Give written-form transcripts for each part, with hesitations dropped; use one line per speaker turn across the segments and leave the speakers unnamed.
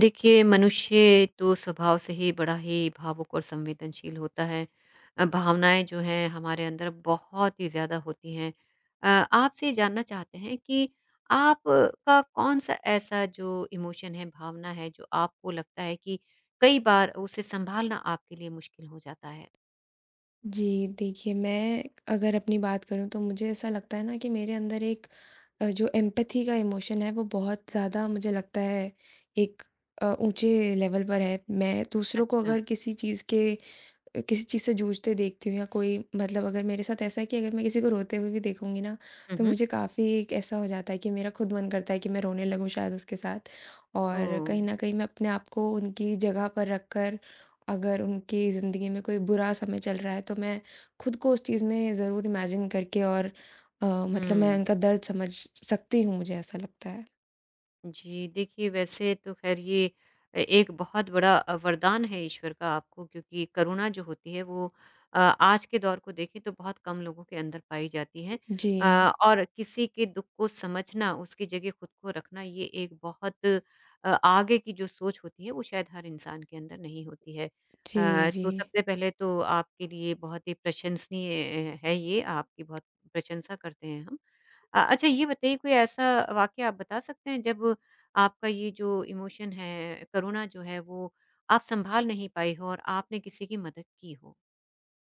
देखिए मनुष्य तो स्वभाव से ही बड़ा ही भावुक और संवेदनशील होता है। भावनाएं जो हैं हमारे अंदर बहुत ही ज़्यादा होती हैं। आपसे ये जानना चाहते हैं कि आप का कौन सा ऐसा जो इमोशन है भावना है जो आपको लगता है कि कई बार उसे संभालना आपके लिए मुश्किल हो जाता है।
जी, देखिए मैं अगर अपनी बात करूँ तो मुझे ऐसा लगता है ना कि मेरे अंदर एक जो एम्पैथी का इमोशन है वो बहुत ज़्यादा मुझे लगता है एक ऊँचे लेवल पर है। मैं दूसरों को
अच्छा।
अगर किसी चीज़ से जूझते देखती हूँ या कोई मतलब अगर मेरे साथ ऐसा है कि अगर मैं किसी को रोते हुए भी देखूँगी ना, तो
हम्म।
मुझे काफ़ी एक ऐसा हो जाता है कि मेरा खुद मन करता है कि मैं रोने लगूँ शायद उसके साथ।
ओ।
और कहीं न कहीं मैं अपने आप को उनकी जगह पर रखकर अगर उनकी ज़िंदगी में कोई बुरा समय चल रहा है, तो मैं खुद को उस चीज़ में ज़रूर इमेजिन करके और मतलब मैं
हम्म।
उनका दर्द समझ सकती हूँ, मुझे ऐसा लगता है।
जी, देखिए वैसे तो ख़ैर ये एक बहुत बड़ा वरदान है ईश्वर का आपको क्योंकि करुणा जो होती है वो आज के दौर को देखें तो बहुत कम लोगों के अंदर पाई जाती है। अ,
जी।
और किसी के दुःख को समझना, उसकी जगह खुद को रखना ये एक बहुत आगे की जो सोच होती है वो शायद हर इंसान के अंदर नहीं होती है।
जी, जी।
तो सबसे पहले तो आपके लिए बहुत ही प्रशंसनीय है ये, आपकी बहुत प्रशंसा करते हैं हम। अच्छा ये बताइए कोई ऐसा वाक़या आप बता सकते हैं जब आपका ये जो इमोशन है, करुणा जो है वो आप सँभाल नहीं पाई हो और आपने किसी की मदद की हो?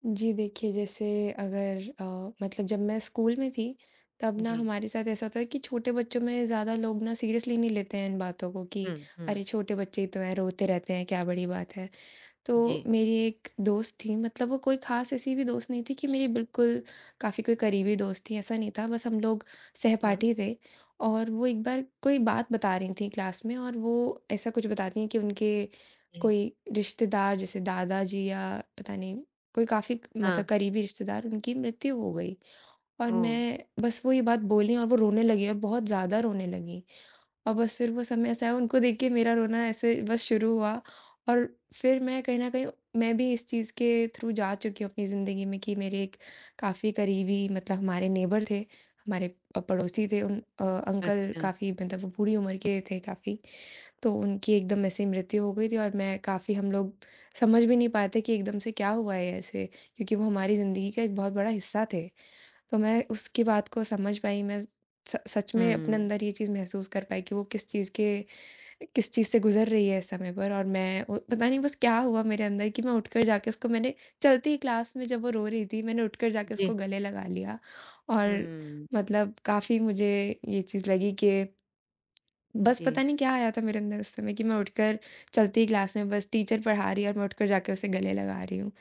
जी, देखिए जैसे अगर अ, मतलब जब मैं स्कूल में थी तब ना
जी।
हमारे साथ ऐसा होता है कि छोटे बच्चों में ज़्यादा लोग ना सीरियसली नहीं लेते हैं इन बातों को कि
हुँ, हुँ।
अरे छोटे बच्चे ही तो हैं रोते रहते हैं क्या बड़ी बात है।
जी।
तो मेरी एक दोस्त थी, मतलब वो कोई ख़ास ऐसी भी दोस्त नहीं थी कि मेरी बिल्कुल काफ़ी कोई करीबी दोस्त थी, ऐसा नहीं था, बस हम लोग
हाँ।
सहपाठी थे। और वो एक बार कोई बात बता रही थी क्लास में और वो ऐसा कुछ बताती हैं कि उनके
जी।
कोई रिश्तेदार जैसे दादाजी या पता नहीं कोई काफ़ी मतलब
हाँ।
करीबी रिश्तेदार, उनकी मृत्यु हो गई। और
ओह!
मैं बस वो ये बात बोली और वो रोने लगी और बहुत ज़्यादा रोने लगी। और बस फिर वो समय ऐसा है उनको देख के मेरा रोना ऐसे बस शुरू हुआ और फिर मैं कहीं न कहीं मैं भी इस चीज़ के थ्रू जा चुकी हूँ अपनी ज़िंदगी में कि मेरे एक काफ़ी करीबी मतलब हमारे नेबर थे, हमारे पड़ोसी थे, उन अंकल
अच्छा।
काफ़ी मतलब वो बूढ़ी उम्र के थे काफ़ी, तो उनकी एकदम ऐसे ही मृत्यु हो गई थी और मैं काफ़ी हम लोग समझ भी नहीं पाए थे कि एकदम से क्या हुआ है ऐसे? क्योंकि वो हमारी ज़िंदगी का एक बहुत बड़ा हिस्सा थे। तो मैं उसकी बात को समझ पाई, मैं स सच में अपने
हुँ।
अंदर ये चीज़ महसूस कर पाई कि वो किस चीज़ से गुज़र रही है इस समय पर। और मैं ओ पता नहीं बस क्या हुआ मेरे अंदर कि मैं उठकर जाके उसको मैंने चलते ही क्लास में, जब वो रो रही थी, मैंने उठकर जाके
जी।
उसको गले लगा लिया। और
हुँ।
मतलब काफ़ी मुझे ये चीज़ लगी कि बस
जी।
पता नहीं क्या आया था मेरे अंदर उस समय कि मैं उठकर चलती क्लास में, बस टीचर पढ़ा रही है और मैं उठकर जाके उसे गले लगा रही हूँ।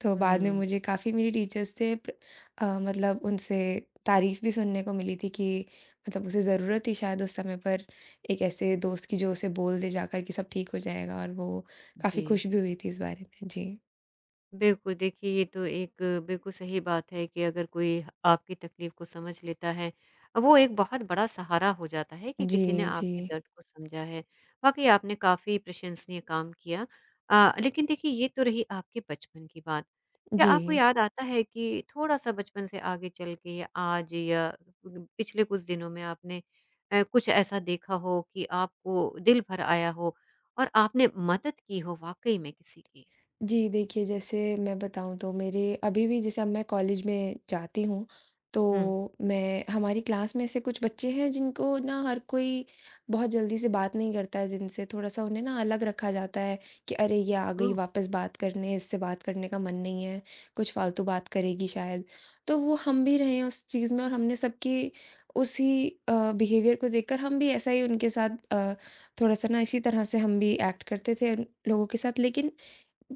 तो बाद में
हुँ।
मुझे काफ़ी मेरी टीचर्स से मतलब उनसे तारीफ़ भी सुनने को मिली थी कि मतलब उसे ज़रूरत थी शायद उस समय पर एक ऐसे दोस्त की जो उसे बोल दे जाकर कि सब ठीक हो जाएगा, और वो काफ़ी
जी।
खुश भी हुई थी इस बारे में। जी।
बिल्कुल, देखिए ये तो एक बिल्कुल सही बात है कि अगर कोई आपकी तकलीफ़ को समझ लेता है, वो एक बहुत बड़ा सहारा हो जाता है कि किसी ने
जी, जी।
आपके दर्द को समझा है। वाक़ई आपने काफ़ी प्रशंसनीय काम किया। लेकिन देखिए ये तो रही आपके बचपन की बात। क्या आपको
जी।
याद आता है कि थोड़ा-सा बचपन से आगे चल के या आज या ग पिछले कुछ दिनों में आपने कुछ ऐसा देखा हो कि आपको दिल भर आया हो और आपने मदद की हो वाक़ई में किसी की?
जी, देखिए जैसे मैं बताऊँ तो मेरे अभी भी जैसे अब मैं कॉलेज में जाती हूँ,
हुँ।
तो मैं हमारी क्लास में ऐसे कुछ बच्चे हैं जिनको ना हर कोई बहुत जल्दी से बात नहीं करता है जिनसे, थोड़ा-सा उन्हें ना अलग रखा जाता है कि अरे! ये आ गई वापस बात करने, इससे बात करने का मन नहीं है, कुछ फालतू बात करेगी शायद। तो वो हम भी रहे हैं उस चीज़ में और हमने सबकी उसी बिहेवियर को देखकर हम भी ऐसा ही उनके साथ थोड़ा-सा ना इसी तरह से हम भी एक्ट करते थे उन लोगों के साथ। लेकिन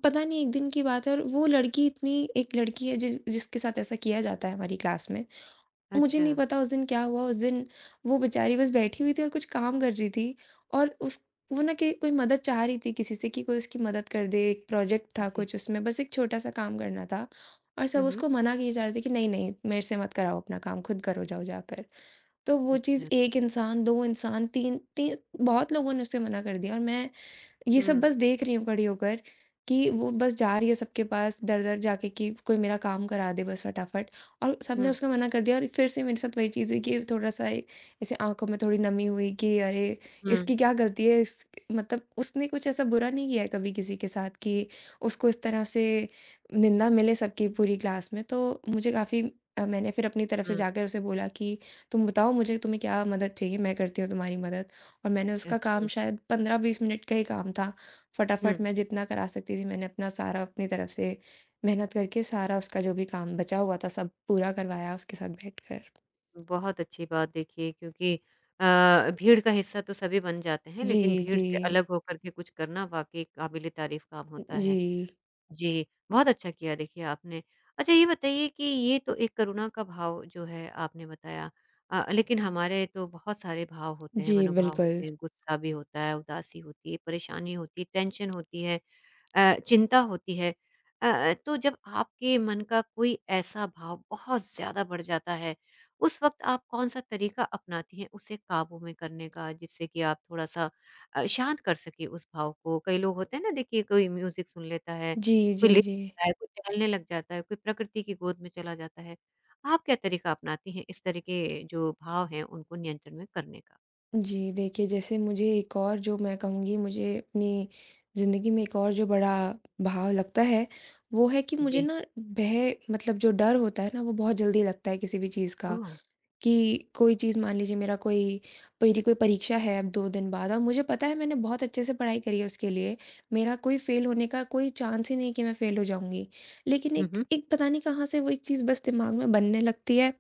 पता नहीं एक दिन की बात है और वो लड़की इतनी एक लड़की है जिसके साथ ऐसा किया जाता है हमारी क्लास में। मुझे
अच्छा,
नहीं पता उस दिन क्या हुआ, उस दिन वो बेचारी बस बैठी हुई थी और कुछ काम कर रही थी और उस वो ना कि कोई मदद चाह रही थी किसी से कि कोई उसकी मदद कर दे, एक प्रोजेक्ट था
जी।
कुछ उसमें बस एक छोटा-सा काम करना था। और
हुँ,
सब
हुँ।
उसको मना किए जा रहे थे कि नहीं, नहीं मेरे से मत कराओ अपना काम, खुद करो जाओ जाकर। तो वो चीज़
अच्छा।
1 इंसान, 2 इंसान, 3 ती बहुत लोगों ने उसे मना कर दिया और मैं ये सब
हुँ,
बस देख रही हूँ खड़ी होकर कि वो बस जा रही है सबके पास दर-दर जाके कि कोई मेरा काम करा दे बस फटाफट, और सबने
हुँ,
उसका मना कर दिया। और फिर से मेरे साथ वही चीज़ हुई कि थोड़ा-सा ऐसे आँखों में थोड़ी नमी हुई कि अरे!
हुँ,
इसकी क्या गलती है? इस मतलब उसने कुछ ऐसा बुरा नहीं किया है कभी किसी के साथ कि उसको इस तरह से निंदा मिले सबकी पूरी क्लास में। तो मुझे काफ़ी मैंने फिर अपनी तरफ से
हुँ।
जाकर उसे बोला कि तुम बताओ मुझे तुम्हें क्या मदद चाहिए? मैं करती हूँ तुम्हारी मदद। और मैंने उसका काम
अच्छा।
शायद 15-20 मिनट का ही काम था।
हुँ,
फटाफट मैं जितना करा सकती थी मैंने अपना सारा अपनी तरफ से मेहनत करके सारा उसका जो भी काम बचा हुआ था सब पूरा करवाया उसके साथ बैठकर।
बहुत अच्छी बात देखिए क्योंकि भीड़ का हिस्सा तो सभी बन जाते हैं,
जी,
लेकिन भीड़
जी।
से अलग होकर के कुछ करना वाक़ई काबिल-ए-तारीफ़ काम होता है।
जी।
जी, बहुत अच्छा किया देखिए आपने। अच्छा ये बताइए कि ये तो एक करुणा का भाव जो है आपने बताया लेकिन हमारे तो बहुत सारे भाव होते हैं,
जी,
मनोभाव
बिल्कुल।
होते हैं, गुस्सा भी होता है, उदासी होती है, परेशानी होती है, टेंशन होती है। चिंता होती है। तो जब आपके मन का कोई ऐसा भाव बहुत ज़्यादा बढ़ जाता है, उस वक़्त आप कौन-सा तरीका अपनाती हैं उसे काबू में करने का जिससे कि आप थोड़ा-सा शांत कर सकें उस भाव को? कई लोग होते हैं ना देखिए कोई म्यूज़िक सुन लेता है,
जी,
कोई
जी,
लेट
जी।
जाता है, कोई टहलने लग जाता है, कोई प्रकृति की गोद में चला जाता है। आप क्या तरीका अपनाती हैं इस तरह के जो भाव हैं उनको नियंत्रण में करने का?
जी, देखिए जैसे मुझे एक और जो मैं कहूँगी, मुझे अपनी ज़िंदगी में एक और जो बड़ा भाव लगता है, वो है कि मुझे
जी।
ना भय मतलब जो डर होता है ना वो बहुत जल्दी लगता है किसी भी चीज़ का।
ओह!
कि कोई चीज़ मान लीजिए मेरा कोई मेरी कोई परीक्षा है अब 2 दिन बाद और मुझे पता है मैंने बहुत अच्छे से पढ़ाई करी है उसके लिए, मेरा कोई फ़ेल होने का कोई चांस ही नहीं कि मैं फ़ेल हो जाऊँगी। लेकिन
हुँ,
एक
हुँ।
एक पता नहीं कहाँ से वो एक चीज़ बस दिमाग में बनने लगती है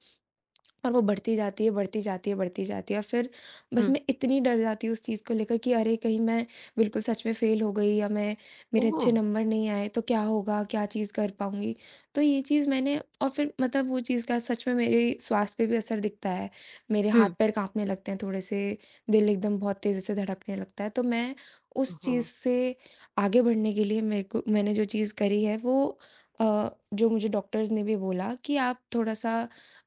और वो बढ़ती जाती है, बढ़ती जाती है, बढ़ती जाती है, और फिर बस
हुँ।
मैं इतनी डर जाती हूँ उस चीज़ को लेकर कि अरे! कहीं मैं बिल्कुल सच में फ़ेल हो गई या मैं मेरे
ओह!
अच्छे नंबर नहीं आए तो क्या होगा? क्या चीज़ कर पाऊँगी? तो ये चीज़ मैंने और फिर मतलब वो चीज़ का सच में मेरे स्वास्थ्य पे भी असर दिखता है। मेरे
हुँ।
हाथ-पैर काँपने लगते हैं थोड़े से, दिल एकदम बहुत तेज़ी से धड़कने लगता है। तो मैं उस
ओहो!
चीज़ से आगे बढ़ने के लिए, मेरे को मैंने जो चीज़ करी है वो जो मुझे डॉक्टर्स ने भी बोला कि आप थोड़ा-सा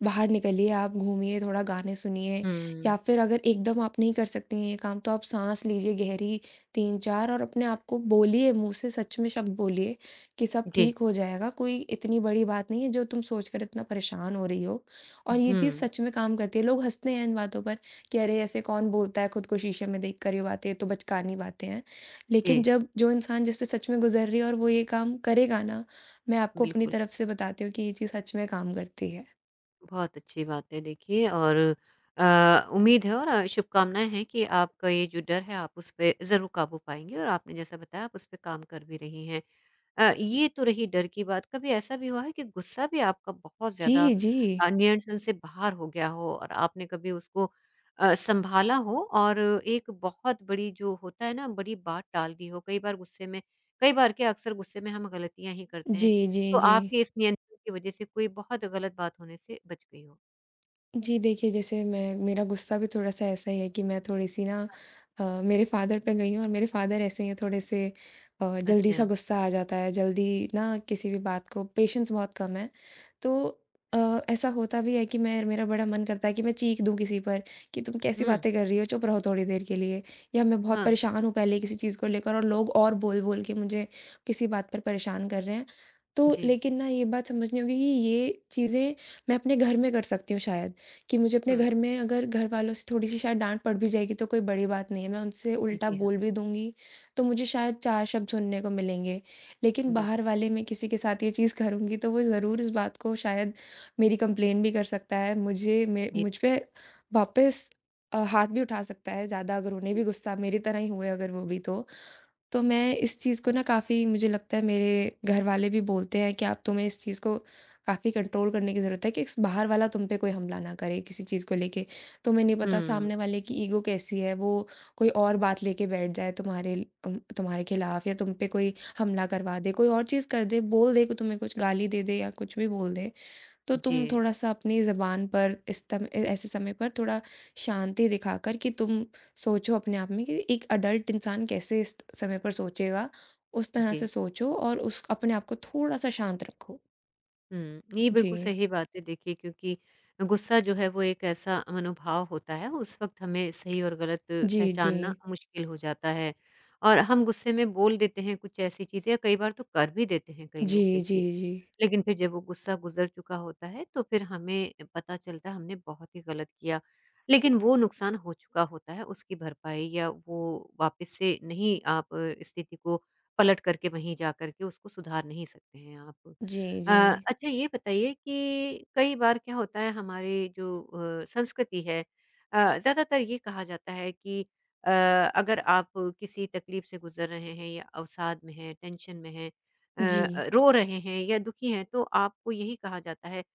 बाहर निकलिए, आप घूमिए, थोड़ा गाने सुनिए
हुँ।
या फिर अगर एकदम आप नहीं कर सकती हैं ये काम, तो आप साँस लीजिए गहरी 3-4, और अपने आप को बोलिए, मुँह से सच में शब्द बोलिए कि सब
जी।
ठीक हो जाएगा, कोई इतनी बड़ी बात नहीं है जो तुम सोचकर इतना परेशान हो रही हो। और ये चीज़
हुँ,
सच में काम करती है, लोग हँसते हैं इन बातों पर कि अरे! ऐसे कौन बोलता है खुद को शीशे में देखकर ये बातें, ये तो बचकानी बातें हैं। लेकिन
जी,
जब जो इंसान जिस पे सच में गुज़र रही है और वो ये काम करेगा ना, मैं आपको अपनी
बिल्कुल।
तरफ से बताती हूँ कि ये चीज़ सच में काम करती है।
बहुत अच्छी बात है देखिए और उम्मीद है और शुभकामनाएँ हैं कि आपका ये जो डर है आप उस पे ज़रूर काबू पाएँगी और आपने जैसा बताया आप उस पे काम कर भी रही हैं। ये तो रही डर की बात। कभी ऐसा भी हुआ है कि गुस्सा भी आपका बहुत
जी,
ज़्यादा
जी।
नियंत्रण से बाहर हो गया हो और आपने कभी उसको सँभाला हो और एक बहुत बड़ी जो होता है ना, बड़ी बात टाल दी हो? कई बार क्या अक्सर गुस्से में हम गलतियाँ ही करते हैं।
जी, जी,
तो
जी।
आपके इस नियंत्रण की वज़ह से कोई बहुत गलत बात होने से बच गई हो?
जी, देखिए जैसे मैं मेरा गुस्सा भी थोड़ा-सा ऐसा ही है कि मैं थोड़ी-सी ना मेरे फ़ादर पे गई हूँ, और मेरे फ़ादर ऐसे ही हैं थोड़े-से, जल्दी
अच्छा।
सा गुस्सा आ जाता है, जल्दी ना किसी भी बात को, पेशेंस बहुत कम है। तो ऐसा होता भी है कि मैं मेरा बड़ा मन करता है कि मैं चीख दूँ किसी पर कि तुम कैसी
हुँ।
बातें कर रही हो, चुप रहो थोड़ी देर के लिए, या मैं बहुत
हाँ।
परेशान हूँ पहले किसी चीज़ को लेकर और लोग और बोल-बोल के मुझे किसी बात पर परेशान कर रहे हैं। तो
जी।
लेकिन ना ये बात समझनी होगी कि ये चीज़ें मैं अपने घर में कर सकती हूँ शायद। कि मुझे अपने
हुँ।
घर में अगर घर वालों से थोड़ी-सी शायद डाँट पड़ भी जाएगी तो कोई बड़ी बात नहीं है, मैं उनसे उल्टा
जी हाँ,
बोल भी दूँगी, तो मुझे शायद 4 शब्द सुनने को मिलेंगे। लेकिन बाहर
बिल्कुल।
वाले मैं किसी के साथ ये चीज़ करूँगी तो वो ज़रूर इस बात को शायद मेरी कंप्लेन भी कर सकता है,
जी।
मुझ पे वापस हाथ भी उठा सकता है ज़्यादा, अगर उन्हें
हुँ।
भी गुस्सा मेरी तरह ही हुए अगर वो भी तो। तो मैं इस चीज़ को ना काफ़ी मुझे लगता है मेरे घरवाले भी बोलते हैं कि आप तुम्हें इस चीज़ को काफ़ी कंट्रोल करने की ज़रूरत है, कि इस बाहर वाला तुम पे कोई हमला ना करे किसी चीज़ को लेके, तुम्हें नहीं पता
हुँ।
सामने वाले की ईगो कैसी है, वो कोई और बात लेके बैठ जाए तुम्हारे तुम्हारे खिलाफ, या तुम पे कोई हमला करवा दे, कोई और चीज़ कर दे, बोल दे कि तुम्हें कुछ गाली दे दे या कुछ भी बोल दे, तो
जी।
तुम थोड़ा-सा अपनी ज़बान पर इस तम ए ऐसे समय पर थोड़ा शांति दिखाकर कि तुम सोचो अपने आप में कि एक अडल्ट इंसान कैसे इस समय पर सोचेगा, उस तरह से
जी।
सोचो और उस अपने आप को थोड़ा-सा शांत रखो।
हुँ, ये बिल्कुल
जी।
सही बात है देखिए क्योंकि गुस्सा जो है वो एक ऐसा मनोभाव होता है, उस वक़्त हमें सही और गलत
जी, जी।
पहचानना मुश्किल हो जाता है और हम गुस्से में बोल देते हैं कुछ ऐसी चीज़ें या कई बार तो कर भी देते हैं कई
जी,
लोग
जी,
देखिए।
जी।
लेकिन फिर जब वो गुस्सा गुज़र चुका होता है, तो फिर हमें पता चलता है हमने बहुत ही गलत किया। लेकिन वो नुकसान हो चुका होता है, उसकी भरपाई या वो वापस से नहीं आप स्थिति को पलट करके वहीं जा करके उसको सुधार नहीं सकते हैं आप।
जी, जी।
अच्छा ये बताइए कि कई बार क्या होता है हमारे जो संस्कृति है ज़्यादातर ये कहा जाता है कि अ, अगर आप किसी तकलीफ़ से गुज़र रहे हैं या अवसाद में हैं, टेंशन में हैं,
जी।
अ रो रहे हैं या दुखी हैं तो आपको यही कहा जाता है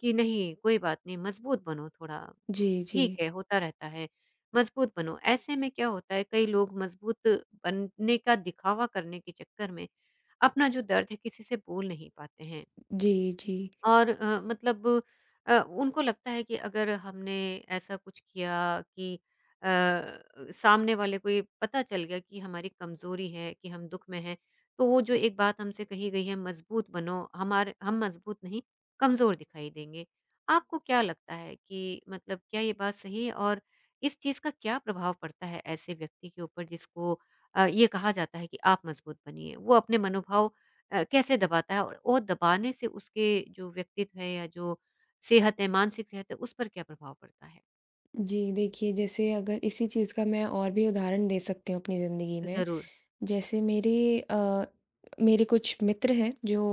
कि नहीं कोई बात नहीं मजबूत बनो थोड़ा
जी, जी।
ठीक है होता रहता है मजबूत बनो ऐसे में क्या होता है कई लोग मजबूत बनने का दिखावा करने के चक्कर में अपना जो दर्द है किसी से बोल नहीं पाते हैं
जी, जी।
और मतलब उनको लगता है कि अगर हमने ऐसा कुछ किया कि अ, सामने वाले को ये पता चल गया कि हमारी कमज़ोरी है, कि हम दुःख में हैं, तो वो जो एक बात हमसे कही गई है मज़बूत बनो, हमारे हम मज़बूत नहीं कमज़ोर दिखाई देंगे। आपको क्या लगता है कि मतलब क्या ये बात सही है और इस चीज़ का क्या प्रभाव पड़ता है ऐसे व्यक्ति के ऊपर जिसको ये कहा जाता है कि आप मज़बूत बनिए? वो अपने मनोभाव कैसे दबाता है और वो दबाने से उसके जो व्यक्तित्व है या जो सेहत है, मानसिक सेहत है, उस पर क्या प्रभाव पड़ता है?
जी, देखिए जैसे अगर इसी चीज़ का मैं और भी उदाहरण दे सकती हूँ अपनी ज़िंदगी में।
ज़रूर।
जैसे मेरे कुछ मित्र हैं जो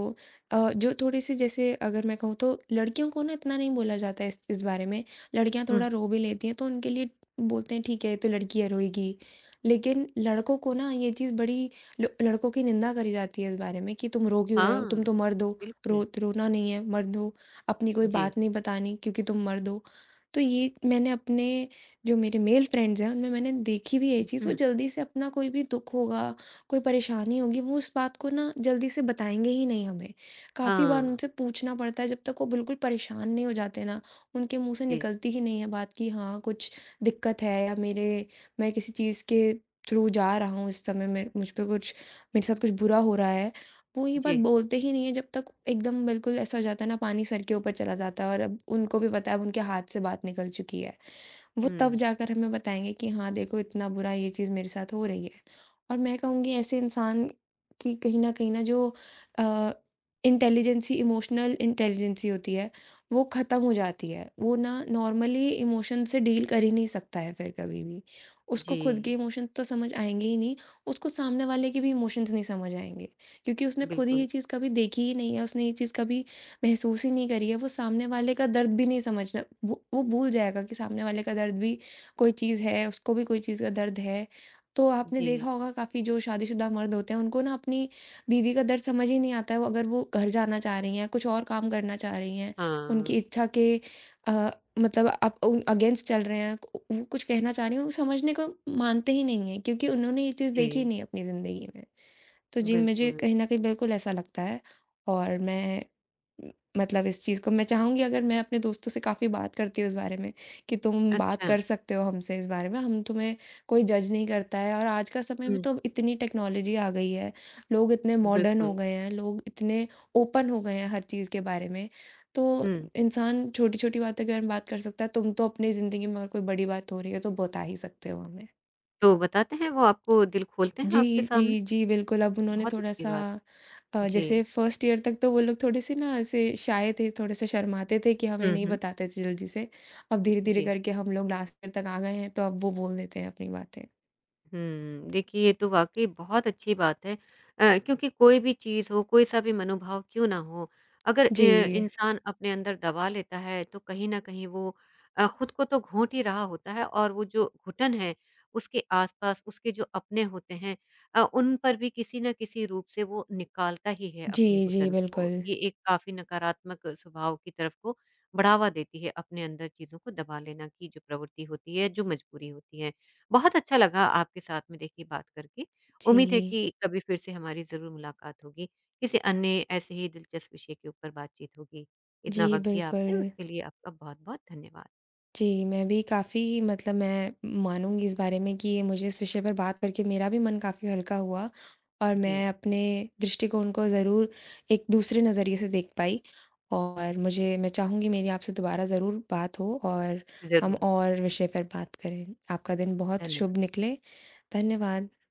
अ, जो थोड़े-से जैसे अगर मैं कहूँ तो लड़कियों को ना इतना नहीं बोला जाता है इस बारे में। लड़कियाँ
हुँ,
थोड़ा रो भी लेती हैं तो उनके लिए बोलते हैं ठीक है, ये तो लड़की है रोएगी। लेकिन लड़कों को ना ये चीज़ बड़ी ल लड़कों की निंदा करी जाती है इस बारे में कि तुम रो क्यों रहे हो?
हाँ,
तुम तो मर्द हो, रो
बिल्कुल।
रोना नहीं है, मर्द हो, अपनी कोई
जी।
बात नहीं बतानी क्योंकि तुम मर्द हो। तो ये मैंने अपने जो मेरे मेल फ्रेंड्स हैं उनमें मैंने देखी भी है ये
हुँ,
चीज़, वो
हुँ।
जल्दी से अपना कोई भी दुःख होगा कोई परेशानी होगी वो उस बात को ना जल्दी से बताएँगे ही नहीं हमें। काफ़ी बार
हाँ,
उनसे पूछना पड़ता है जब तक वो बिल्कुल परेशान नहीं हो जाते ना, उनके मुँह से
जी,
निकलती ही नहीं है बात कि हाँ, कुछ दिक्कत है या मेरे मैं किसी चीज़ के थ्रू जा रहा हूँ इस समय में, मुझ पे कुछ मेरे साथ कुछ बुरा हो रहा है। वो ये बात
जी।
बोलते ही नहीं है जब तक एकदम बिल्कुल ऐसा हो जाता है ना, पानी सर के ऊपर चला जाता है और अब उनको भी पता है अब उनके हाथ से बात निकल चुकी है। वो तब
हुँ,
जाकर हमें बताएँगे कि हाँ, देखो इतना बुरा ये चीज़ मेरे साथ हो रही है। और मैं कहूँगी ऐसे इंसान की कहीं न कहीं ना जो अ, इंटेलिजेंसी, इमोशनल इंटेलिजेंसी होती है, वो ख़त्म हो जाती है। वो ना नॉर्मली इमोशन से डील कर ही नहीं सकता है फिर कभी भी। उसको
जी,
खुद के इमोशंस तो समझ आएँगे ही नहीं, उसको सामने वाले के भी इमोशंस नहीं समझ आएँगे। क्योंकि उसने खुद ही
बिल्कुल।
ये चीज़ कभी देखी ही नहीं है, उसने ये चीज़ कभी महसूस ही नहीं करी है, वो सामने वाले का दर्द भी नहीं समझना, वो भूल जाएगा कि सामने वाले का दर्द भी कोई चीज़ है, उसको भी कोई चीज़ का दर्द है। तो आपने
जी,
देखा होगा काफ़ी जो शादीशुदा मर्द होते हैं, उनको ना अपनी बीवी का दर्द समझ ही नहीं आता है, वो अगर वो घर जाना चाह रही हैं, कुछ और काम करना चाह रही हैं,
हाँ,
उनकी इच्छा के अ, मतलब आप उन अगेंस्ट चल रहे हैं, वो कुछ कहना चाह रही हैं, वो समझने को मानते ही नहीं हैं क्योंकि उन्होंने ये चीज़ देखी
जी,
नहीं है अपनी ज़िंदगी में। तो जी, मुझे
बिल्कुल।
कहीं न कहीं बिल्कुल ऐसा लगता है और मैं उम, मतलब इस चीज़ को मैं चाहूँगी, अगर मैं अपने दोस्तों से काफ़ी बात करती हूँ इस बारे में कि तुम बात
अच्छा,
कर सकते हो हमसे इस बारे में, हम तुम्हें कोई जज नहीं करता है और आज का समय में
हुँ,
तो अब इतनी टेक्नोलॉजी आ गई है, लोग इतने मॉडर्न हो
बिल्कुल।
गए हैं, लोग इतने ओपन हो गए हैं हर चीज़ के बारे में। तो
हुँ,
इंसान छोटी-छोटी बातों के बारे में बात कर सकता है, तुम तो अपनी ज़िंदगी में अगर कोई बड़ी बात हो रही है तो बता ही सकते हो हमें।
तो बताते हैं वो आपको दिल खोलते हैं आपके
जी, जी,
सामने?
जी, बिल्कुल, अब उन्होंने
बहुत अच्छी
थोड़ा-सा
बात। जी।
जैसे फर्स्ट ईयर तक तो वो लोग थोड़े-से ना ऐसे शाय थे, थोड़े-से शर्माते थे कि हमें
हुँ,
नहीं
हुँ।
बताते थे जल्दी से। अब धीरे-धीरे
जी।
करके हम लोग लास्ट ईयर तक आ गए हैं, तो अब वो बोल देते हैं अपनी बातें।
हुँ, देखिए ये तो वाक़ई बहुत अच्छी बात है क्योंकि कोई भी चीज़ हो, कोई-सा भी मनोभाव क्यों ना हो, अगर
जी।
इंसान अपने अंदर दबा लेता है, तो कहीं न कहीं वो खुद को तो घोंट ही रहा होता है और वो जो घुटन है, उसके आस-पास उसके जो अपने होते हैं उन पर भी किसी न किसी रूप से वो निकालता ही है
जी,
अपनी
जी,
घुटन को।
बिल्कुल।
ये एक काफ़ी नकारात्मक स्वभाव की तरफ को बढ़ावा देती है, अपने अंदर चीज़ों को दबा लेना की जो प्रवृत्ति होती है, जो मजबूरी होती है। बहुत अच्छा लगा आपके साथ में देखिए बात करके। उम्मीद है कि
जी।
कभी फिर से हमारी ज़रूर मुलाकात होगी। किसी अन्य ऐसे ही दिलचस्प विषय के ऊपर बातचीत होगी। इतना
जी,
वक़्त दिया आपने
बिल्कुल।
उसके लिए आपका बहुत-बहुत धन्यवाद।
जी, मैं भी काफ़ी मतलब मैं मानूँगी इस बारे में कि ये मुझे इस विषय पर बात करके मेरा भी मन काफ़ी हल्का हुआ और
जी।
मैं अपने दृष्टिकोण को ज़रूर एक दूसरे नज़रिए से देख पाई और मुझे मैं चाहूँगी मेरी आपसे दोबारा ज़रूर बात हो और हम
ज़रूर,
और विषय पर बात करें। आपका दिन बहुत
धन्य
शुभ निकले। धन्यवाद।